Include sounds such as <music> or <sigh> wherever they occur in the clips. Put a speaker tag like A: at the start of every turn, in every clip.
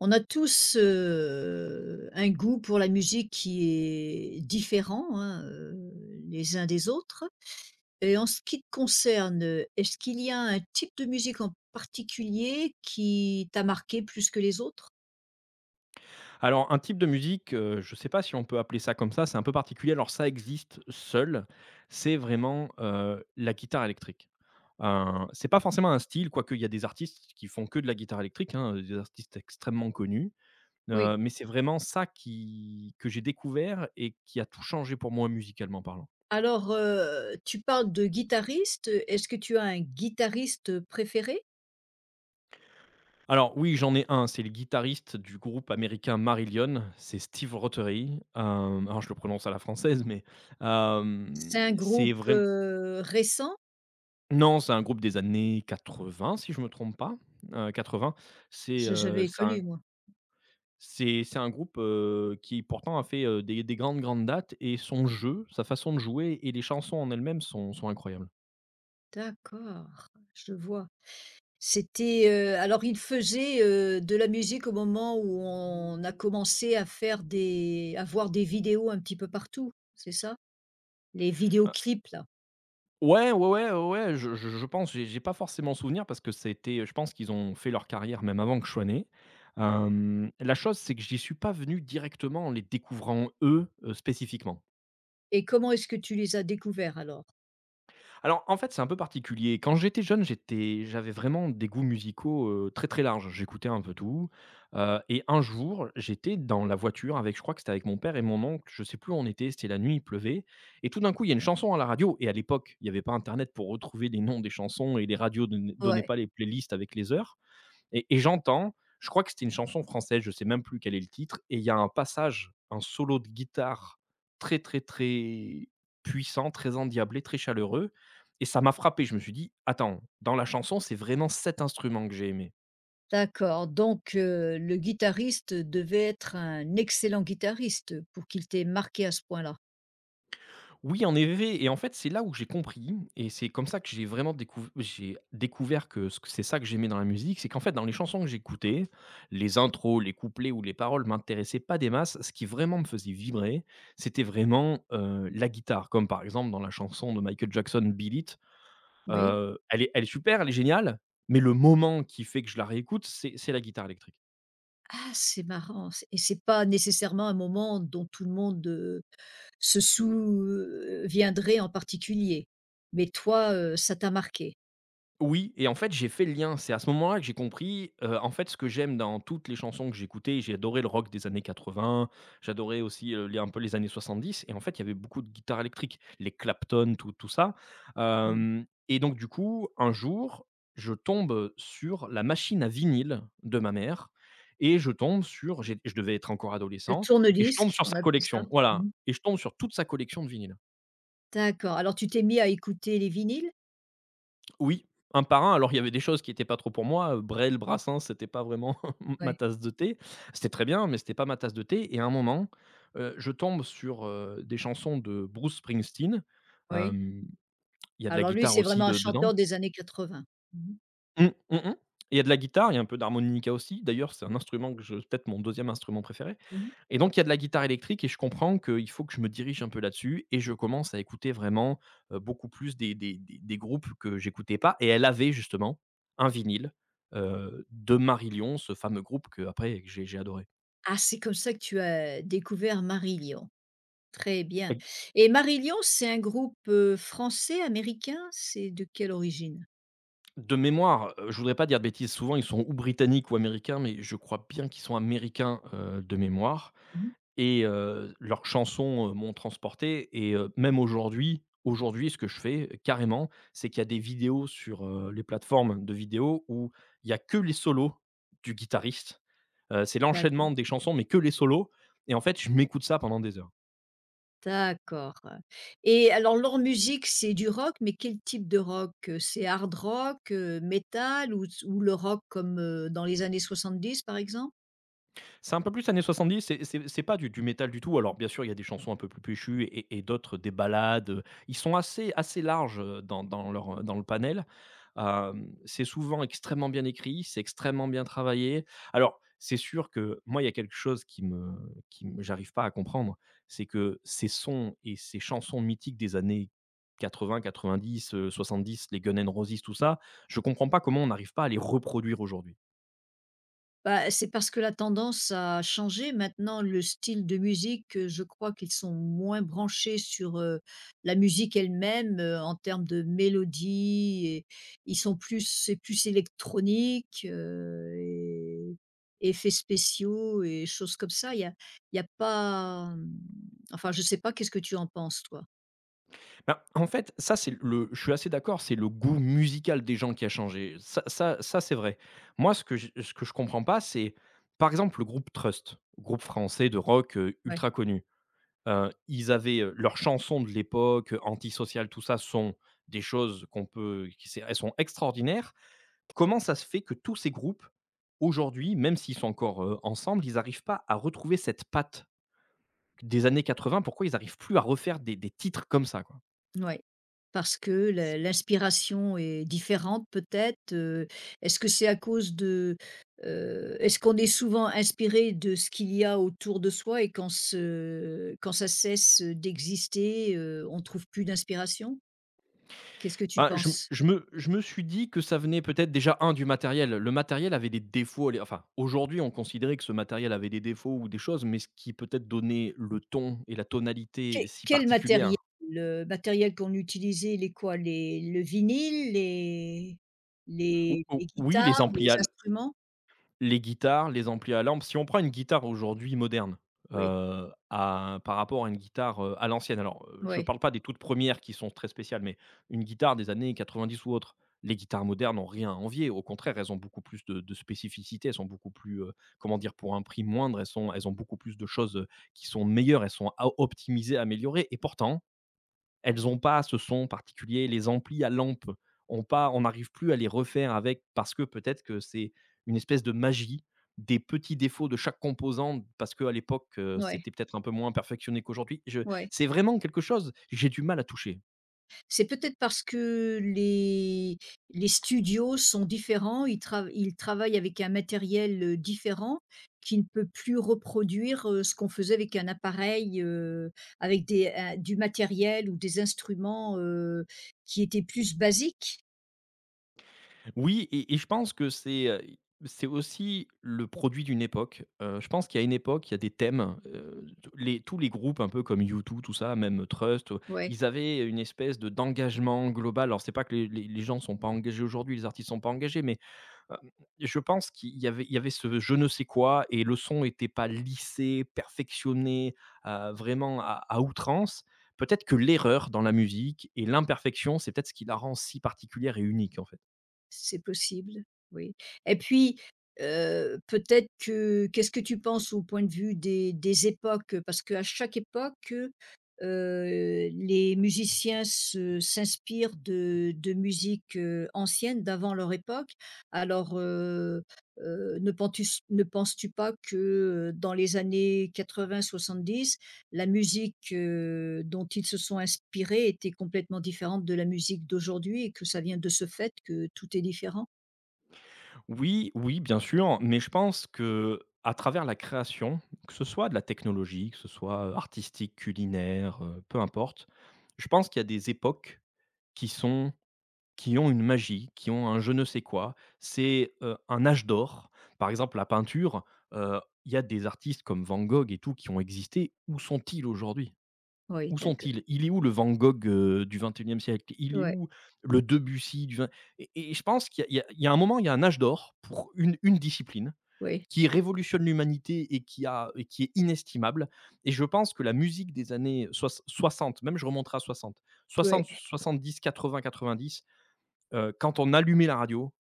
A: On a tous, un goût pour la musique qui est différent, hein, les uns des autres, et en ce qui te concerne, est-ce qu'il y a un type de musique en particulier qui t'a marqué plus que les autres?
B: Alors, un type de musique, je ne sais pas si on peut appeler ça comme ça, c'est un peu particulier. Alors ça existe seul, c'est vraiment, la guitare électrique. C'est pas forcément un style, quoique il y a des artistes qui font que de la guitare électrique, hein, des artistes extrêmement connus.
A: Oui.
B: Mais c'est vraiment ça qui que j'ai découvert et qui a tout changé pour moi musicalement parlant.
A: Alors, tu parles de guitariste. Est-ce que tu as un guitariste préféré?
B: Alors oui, j'en ai un, c'est le guitariste du groupe américain Marillion, c'est Steve Rothery. Alors je le prononce à la française, mais, hem,
A: C'est un
B: c'est
A: groupe,
B: vraim
A: récent?
B: non, c'est un groupe des années 80 si je me trompe pas, quatre 80. C'est, heu,
A: J'avais
B: c'est un
A: connu moi.
B: c'est un groupe, qui pourtant a fait, des grandes dates, et son jeu, sa façon de jouer et les chansons en elles-mêmes sont incroyables.
A: D'accord, je vois. C'était, alors il faisait, de la musique au moment où on a commencé à faire des à voir des vidéos un petit peu partout, c'est ça? Les
B: Heu,
A: vidéoclips là?
B: ouais, ouais, ouais, ouais, ouais, je pense, j'ai pas forcément souvenir parce que c'était, je pense qu'ils ont fait leur carrière même avant que je sois né. La chose, c'est que j'y suis pas venu directement en les découvrant eux, spécifiquement.
A: Et comment est-ce que tu les as découverts alors?
B: Alors, en fait, c'est un peu particulier. Quand j'étais jeune, j'avais vraiment des goûts musicaux, très, très larges. J'écoutais un peu tout, et un jour, j'étais dans la voiture avec, je crois que c'était avec mon père et mon oncle, je sais plus où on était, c'était la nuit, il pleuvait, et tout d'un coup, il y a une chanson à la radio, et à l'époque, il n'y avait pas internet pour retrouver les noms des chansons et les radios ne donnaient
A: Ouais,
B: pas les playlists avec les heures. Et j'entends, je crois que c'était une chanson française, je sais même plus quel est le titre, et il y a un passage, un solo de guitare très, très, très puissant, très endiablé, très chaleureux. Et ça m'a frappé. Je me suis dit, attends, dans la chanson, c'est vraiment cet instrument que j'ai aimé.
A: d'accord, donc le guitariste devait être un excellent guitariste pour qu'il t'ait marqué à ce point-là?
B: Oui, en effet, et en fait, c'est là où j'ai compris, et c'est comme ça que j'ai vraiment découv j'ai découvert que ce c'est ça que j'aimais dans la musique, c'est qu'en fait, dans les chansons que j'écoutais, les intros, les couplets ou les paroles m'intéressaient pas des masses. Ce qui vraiment me faisait vibrer, c'était vraiment, la guitare. Comme par exemple dans la chanson de Michael Jackson, Beat It,
A: Oui.
B: elle est elle est super, elle est géniale, mais le moment qui fait que je la réécoute, c'est la guitare électrique.
A: Ah, c'est marrant, c'est et c'est pas nécessairement un moment dont tout le monde, euh, se souviendraient en particulier. Mais toi, ça t'a marqué.
B: Oui et en fait, j'ai fait le lien. C'est à ce moment-là que j'ai compris, en fait, ce que j'aime dans toutes les chansons que j'écoutais. J'ai adoré le rock des années 80, j'adorais aussi, les, un peu, les années 70, et en fait, il y avait beaucoup de guitares électriques, les Clapton, tout ça,
A: Ouais.
B: hem et donc du coup, un jour, je tombe sur la machine à vinyle de ma mère et je tombe sur, j'ai je devais être encore
A: Le
B: adolescent, et je tombe
A: tourne-disque,
B: sur
A: on
B: sa
A: appelait ça.
B: collection. Voilà,
A: Mmh mh.
B: et je tombe sur toute sa collection de vinyles.
A: D'accord, alors tu t'es mis à écouter les vinyles?
B: Oui, un par un. Alors, il y avait des choses qui n'étaient pas trop pour moi, Brel, Brassens, c'était pas vraiment <laughs> ma
A: Oui.
B: tasse de thé. C'était très bien, mais c'était pas ma tasse de thé, et à un moment, je tombe sur, des chansons de Bruce Springsteen.
A: Oui.
B: Hem, il y a de la
A: Alors lui,
B: guitare
A: c'est
B: aussi
A: vraiment un
B: de dedans.
A: chanteur des années 80. Mmh mh.
B: Mmh, mmh mh. Il y a de la guitare, il y a un peu d'harmonica aussi. D'ailleurs, c'est un instrument que, je peut-être mon deuxième instrument préféré.
A: Mmh mh.
B: Et donc il y a de la guitare électrique et je comprends qu'il faut que je me dirige un peu là-dessus, et je commence à écouter vraiment, beaucoup plus des groupes que j'écoutais pas, et elle avait justement un vinyle, de Marillion, ce fameux groupe que après que j'ai adoré.
A: Ah, c'est comme ça que tu as découvert Marillion. Très bien,
B: Et
A: et Marillion, c'est un groupe, français, américain? C'est de quelle origine?
B: de mémoire, je voudrais pas dire de bêtises, souvent ils sont ou britanniques ou américains, mais je crois bien qu'ils sont américains, de mémoire.
A: Mmh mh.
B: Et leurs chansons, m'ont transporté, et même aujourd'hui, aujourd'hui ce que je fais, carrément, c'est qu'il y a des vidéos sur, les plateformes de vidéos où il y a que les solos du guitariste. C'est
A: D'accord.
B: l'enchaînement des chansons mais que les solos, et en fait, je m'écoute ça pendant des heures.
A: D'accord. Et alors leur musique, c'est du rock, mais quel type de rock? C'est hard rock, métal, ou le rock comme, dans les années 70, par exemple?
B: C'est un peu plus années 70, c'est pas du métal du tout. Alors bien sûr, il y a des chansons un peu plus péchues et d'autres des ballades, ils sont assez larges, dans leur, dans le panel. C'est souvent extrêmement bien écrit, c'est extrêmement bien travaillé. Alors, c'est sûr que moi, il y a quelque chose qui me, j'arrive pas à comprendre, c'est que ces sons et ces chansons mythiques des années 80-90, 70, les Guns N' Roses, tout ça, je comprends pas comment on n'arrive pas à les reproduire aujourd'hui.
A: Bah, c'est parce que la tendance a changé. Maintenant, le style de musique, je crois qu'ils sont moins branchés sur, la musique elle-même, en termes de mélodie, et ils sont plus c'est plus électronique, et effets spéciaux et choses comme ça. Il y a pas, enfin, je sais pas, qu'est-ce que tu en penses, toi?
B: Ben, en fait, ça, c'est le, je suis assez d'accord, c'est le goût musical des gens qui a changé. Ça, c'est vrai. Moi, ce que je comprends pas, c'est, par exemple, le groupe Trust, groupe français de rock,
A: Ouais.
B: ultra connu. Ils avaient, leurs chansons de l'époque, antisociales, tout ça, sont des choses qu'on peut qui c'est elles sont extraordinaires. Comment ça se fait que tous ces groupes, aujourd'hui, même s'ils sont encore, ensemble, ils n'arrivent pas à retrouver cette patte des années 80? Pourquoi ils n'arrivent plus à refaire des titres comme ça, quoi?
A: Ouais, parce que la l'inspiration est différente peut-être? Est-ce que c'est à cause de, est-ce qu'on est souvent inspiré de ce qu'il y a autour de soi et quand ça cesse d'exister, on trouve plus d'inspiration? Qu'est-ce que tu
B: Bah, je me
A: penses?
B: je me je me suis dit que ça venait peut-être déjà, un du matériel. Le matériel avait des défauts, les enfin, aujourd'hui, on considérait que ce matériel avait des défauts ou des choses, mais ce qui peut-être donnait le ton et la tonalité
A: Quel
B: si
A: quel
B: particulière.
A: matériel? Le matériel qu'on utilisait, les quoi? Les Le vinyle, les
B: Ou
A: les les
B: ou oui,
A: guitares,
B: les
A: les
B: amplis,
A: instruments?
B: les guitares, les amplis à lampe. Si on prend une guitare aujourd'hui moderne,
A: Oui,
B: à par rapport à une guitare, à l'ancienne, alors, je ne
A: oui,
B: parle pas des toutes premières qui sont très spéciales, mais une guitare des années 90 ou autre, les guitares modernes n'ont rien à envier. Au contraire, elles ont beaucoup plus de spécificités, elles sont beaucoup plus, comment dire? Pour un prix moindre, elles ont beaucoup plus de choses, qui sont meilleures, elles sont a optimisées, améliorées, et pourtant elles ont pas ce son particulier, les amplis à lampe ont pas on n'arrive plus à les refaire avec, parce que peut-être que c'est une espèce de magie des petits défauts de chaque composant, parce qu'à l'époque,
A: oui,
B: c'était peut-être un peu moins perfectionné qu'aujourd'hui. Je
A: oui.
B: C'est vraiment quelque chose, j'ai du mal à toucher.
A: C'est peut-être parce que les studios sont différents, ils travaillent avec un matériel, différent, qui ne peut plus reproduire, ce qu'on faisait avec un appareil, avec des un du matériel ou des instruments, qui étaient plus basiques.
B: Oui, et je pense que c'est aussi le produit d'une époque. Je pense qu'il y a une époque, il y a des thèmes, t les tous les groupes un peu comme U2, tout ça, même Trust,
A: Ouais.
B: ils avaient une espèce de d'engagement global. Alors c'est pas que les gens sont pas engagés aujourd'hui, les artistes sont pas engagés, mais, hem, je pense qu'il y avait, ce je ne sais quoi, et le son n'était pas lissé, perfectionné, vraiment à outrance. Peut-être que l'erreur dans la musique et l'imperfection, c'est peut-être ce qui la rend si particulière et unique, en fait.
A: C'est possible, oui. Et puis, peut-être que qu'est-ce que tu penses au point de vue des époques? Parce qu'à chaque époque, les musiciens se s'inspirent de musique, ancienne, d'avant leur époque. Alors, ne penses-tu pas que, dans les années quatre-vingt soixante-dix, la musique, dont ils se sont inspirés était complètement différente de la musique d'aujourd'hui et que ça vient de ce fait que tout est différent?
B: Oui, oui, bien sûr, mais je pense que à travers la création, que ce soit de la technologie, que ce soit, artistique, culinaire, peu importe, je pense qu'il y a des époques qui sont qui ont une magie, qui ont un je ne sais quoi. C'est, un âge d'or. Par exemple, la peinture, il y a des artistes comme Van Gogh et tout qui ont existé. Où sont-ils aujourd'hui?
A: Oui,
B: Où
A: d'acc
B: sont-ils? Il est où le Van Gogh, du XXIe siècle? Il est
A: ouais,
B: où le Debussy du vingt, et je pense qu'il y a il y a un moment, il y a un âge d'or pour une discipline
A: oui,
B: qui révolutionne l'humanité et qui est inestimable, et je pense que la musique des années soix 60, même je remonterai à 60,
A: ouais,
B: 60-70-80-90, quand on allumait la radio,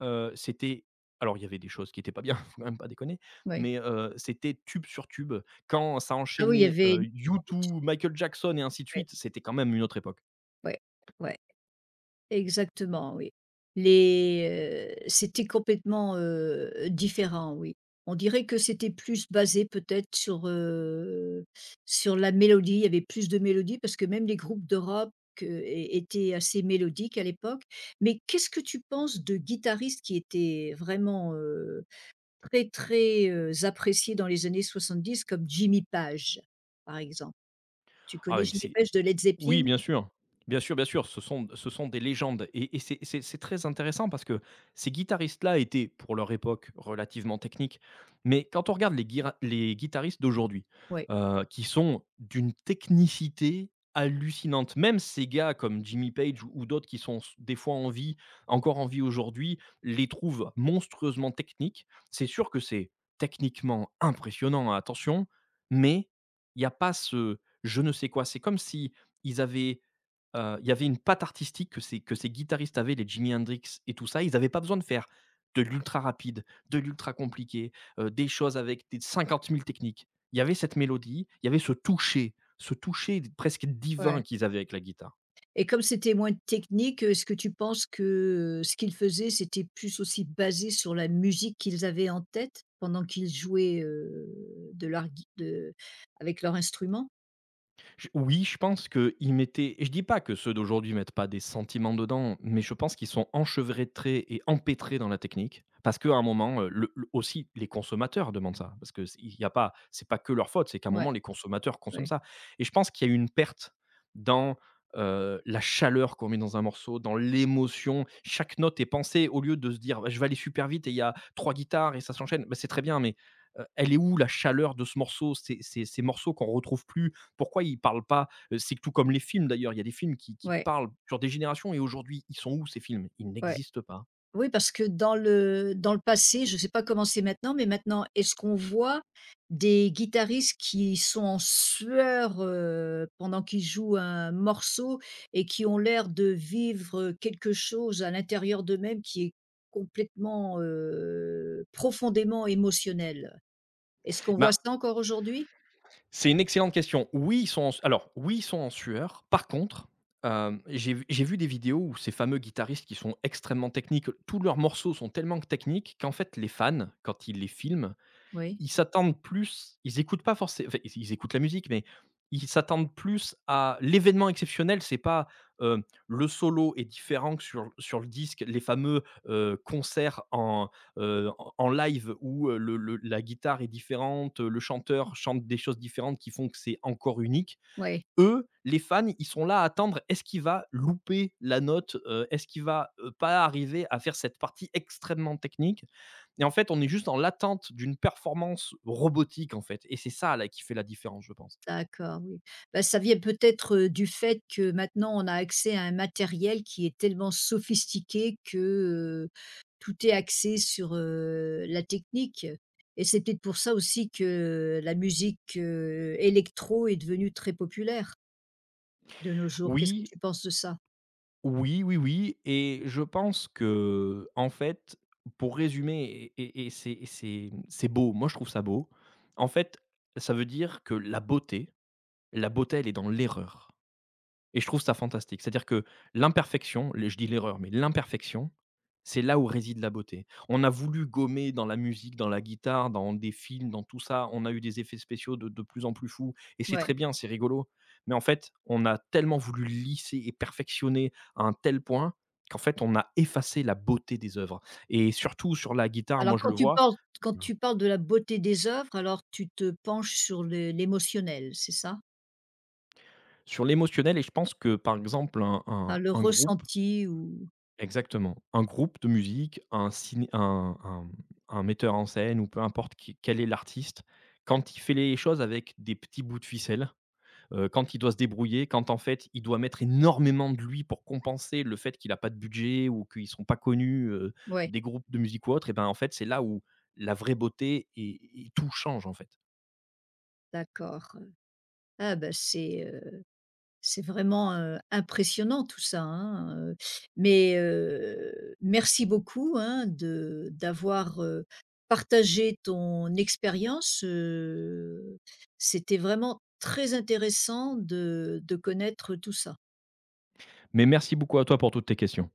B: c'était alors il y avait des choses qui n'étaient pas bien, <laughs> faut quand même pas déconner,
A: oui.
B: mais c'était tube sur tube. Quand ça
A: Ah oui, il y
B: enchaînait,
A: avait énormément de trucs,
B: U2, Michael Jackson et ainsi de
A: ouais,
B: suite, c'était quand même une autre époque.
A: ouais, ouais. Exactement, oui. C'était complètement, différent, oui. On dirait que c'était plus basé peut-être sur la mélodie. Il y avait plus de mélodie parce que même les groupes d'Europe étaient assez mélodiques à l'époque. Mais qu'est-ce que tu penses de guitaristes qui étaient vraiment, très, très, appréciés dans les années soixante-dix, comme Jimmy Page, par exemple? Tu
B: Ah
A: connais
B: ouais,
A: Jimmy
B: c'est
A: Page de Led
B: Oui,
A: Zeppelin?
B: bien sûr. Bien sûr, bien sûr, ce sont des légendes et c'est très intéressant parce que ces guitaristes-là étaient, pour leur époque, relativement techniques. Mais quand on regarde les guitaristes d'aujourd'hui,
A: Oui.
B: qui sont d'une technicité hallucinante, même ces gars comme Jimmy Page ou d'autres qui sont s des fois en vie, encore en vie aujourd'hui, les trouvent monstrueusement techniques. C'est sûr que c'est techniquement impressionnant, hein, attention, mais il n'y a pas ce je ne sais quoi. C'est comme si ils avaient, il y avait une patte artistique que ces guitaristes avaient, les Jimi Hendrix et tout ça. Ils n'avaient pas besoin de faire de l'ultra rapide, de l'ultra compliqué, des choses avec des 50 000 techniques. Il y avait cette mélodie, il y avait ce toucher presque divin qu'ils avaient avec la guitare.
A: Et comme c'était moins technique, est-ce que tu penses que ce qu'ils faisaient, c'était plus aussi basé sur la musique qu'ils avaient en tête pendant qu'ils jouaient, de avec leur instrument?
B: J Oui, je pense qu'ils mettaient, je dis pas que ceux d'aujourd'hui mettent pas des sentiments dedans, mais je pense qu'ils sont enchevêtrés et empêtrés dans la technique parce qu'à un moment, le aussi les consommateurs demandent ça parce que c il y a pas, c'est pas que leur faute, c'est qu'à un moment
A: Ouais,
B: les consommateurs consomment
A: ouais,
B: ça et je pense qu'il y a une perte dans, la chaleur qu'on met dans un morceau, dans l'émotion. Chaque note est pensée au lieu de se dire: «Bah, je vais aller super vite et il y a 3 guitares et ça s'enchaîne». Bah, c'est très bien mais, elle est où la chaleur de ce morceau? Ces morceaux qu'on retrouve plus, pourquoi ils parlent pas C'est que tout comme les films d'ailleurs, il y a des films qui
A: ouais,
B: parlent sur des générations et aujourd'hui, ils sont où ces films? Ils
A: ouais.
B: n'existent pas.
A: Oui, parce que dans le passé, je ne sais pas comment c'est maintenant, mais maintenant, est-ce qu'on voit des guitaristes qui sont en sueur, pendant qu'ils jouent un morceau et qui ont l'air de vivre quelque chose à l'intérieur d'eux-mêmes qui est complètement, profondément émotionnel? Est-ce qu'on voit
B: Ben,
A: ça encore aujourd'hui?
B: c'est une excellente question. Oui, ils sont en, alors oui, ils sont en sueur. Par contre, j'ai vu des vidéos où ces fameux guitaristes qui sont extrêmement techniques, tous leurs morceaux sont tellement techniques qu'en fait les fans, quand ils les filment,
A: Oui,
B: ils s'attendent plus, ils écoutent pas forcément, enfin, ils écoutent la musique, mais ils s'attendent plus à l'événement exceptionnel. C'est pas, le solo est différent que sur le disque, les fameux, concerts en, en live où, le la guitare est différente, le chanteur chante des choses différentes qui font que c'est encore unique.
A: oui.
B: Eux, les fans, ils sont là à attendre, est-ce qu'il va louper la note? Est-ce qu'il va, pas arriver à faire cette partie extrêmement technique? Et en fait, on est juste dans l'attente d'une performance robotique, en fait. Et c'est ça, là, qui fait la différence, je pense.
A: D'accord, oui. Bah, ça vient peut-être, du fait que maintenant on a accès à un matériel qui est tellement sophistiqué que, heu, tout est axé sur, la technique, et c'est peut-être pour ça aussi que la musique, électro est devenue très populaire de nos jours. Qu'est-ce que
B: Oui,
A: tu penses de ça?
B: oui, oui, oui. Et je pense que, en fait, pour résumer, et c'est beau, moi je trouve ça beau, en fait, ça veut dire que la beauté, elle est dans l'erreur. Et je trouve ça fantastique. C'est-à-dire que l'imperfection, les je dis l'erreur, mais l'imperfection, c'est là où réside la beauté. On a voulu gommer dans la musique, dans la guitare, dans des films, dans tout ça, on a eu des effets spéciaux de plus en plus fous et c'est
A: Ouais.
B: très bien, c'est rigolo. Mais en fait, on a tellement voulu lisser et perfectionner à un tel point qu'en fait, on a effacé la beauté des œuvres et surtout sur la guitare,
A: Alors,
B: moi je le vois,
A: quand tu parles de la beauté des œuvres, alors tu te penches sur le l'émotionnel, c'est ça?
B: sur l'émotionnel. Et je pense que, par exemple, un
A: Enfin
B: un
A: le
B: un groupe...
A: ressenti ou
B: Exactement. Un groupe de musique, un ciné un metteur en scène ou peu importe qui, quel est l'artiste, quand il fait les choses avec des petits bouts de ficelle, quand il doit se débrouiller, quand en fait il doit mettre énormément de lui pour compenser le fait qu'il a pas de budget ou qu'ils ne sont pas connus,
A: ouais,
B: des groupes de musique ou autres, et ben, en fait, c'est là où la vraie beauté et tout change, en fait.
A: d'accord. Ah ben c'est vraiment, impressionnant, tout ça, hein. Mais merci beaucoup, hein, de d'avoir, partagé ton expérience, c'était vraiment très intéressant de connaître tout ça.
B: Mais merci beaucoup à toi pour toutes tes questions.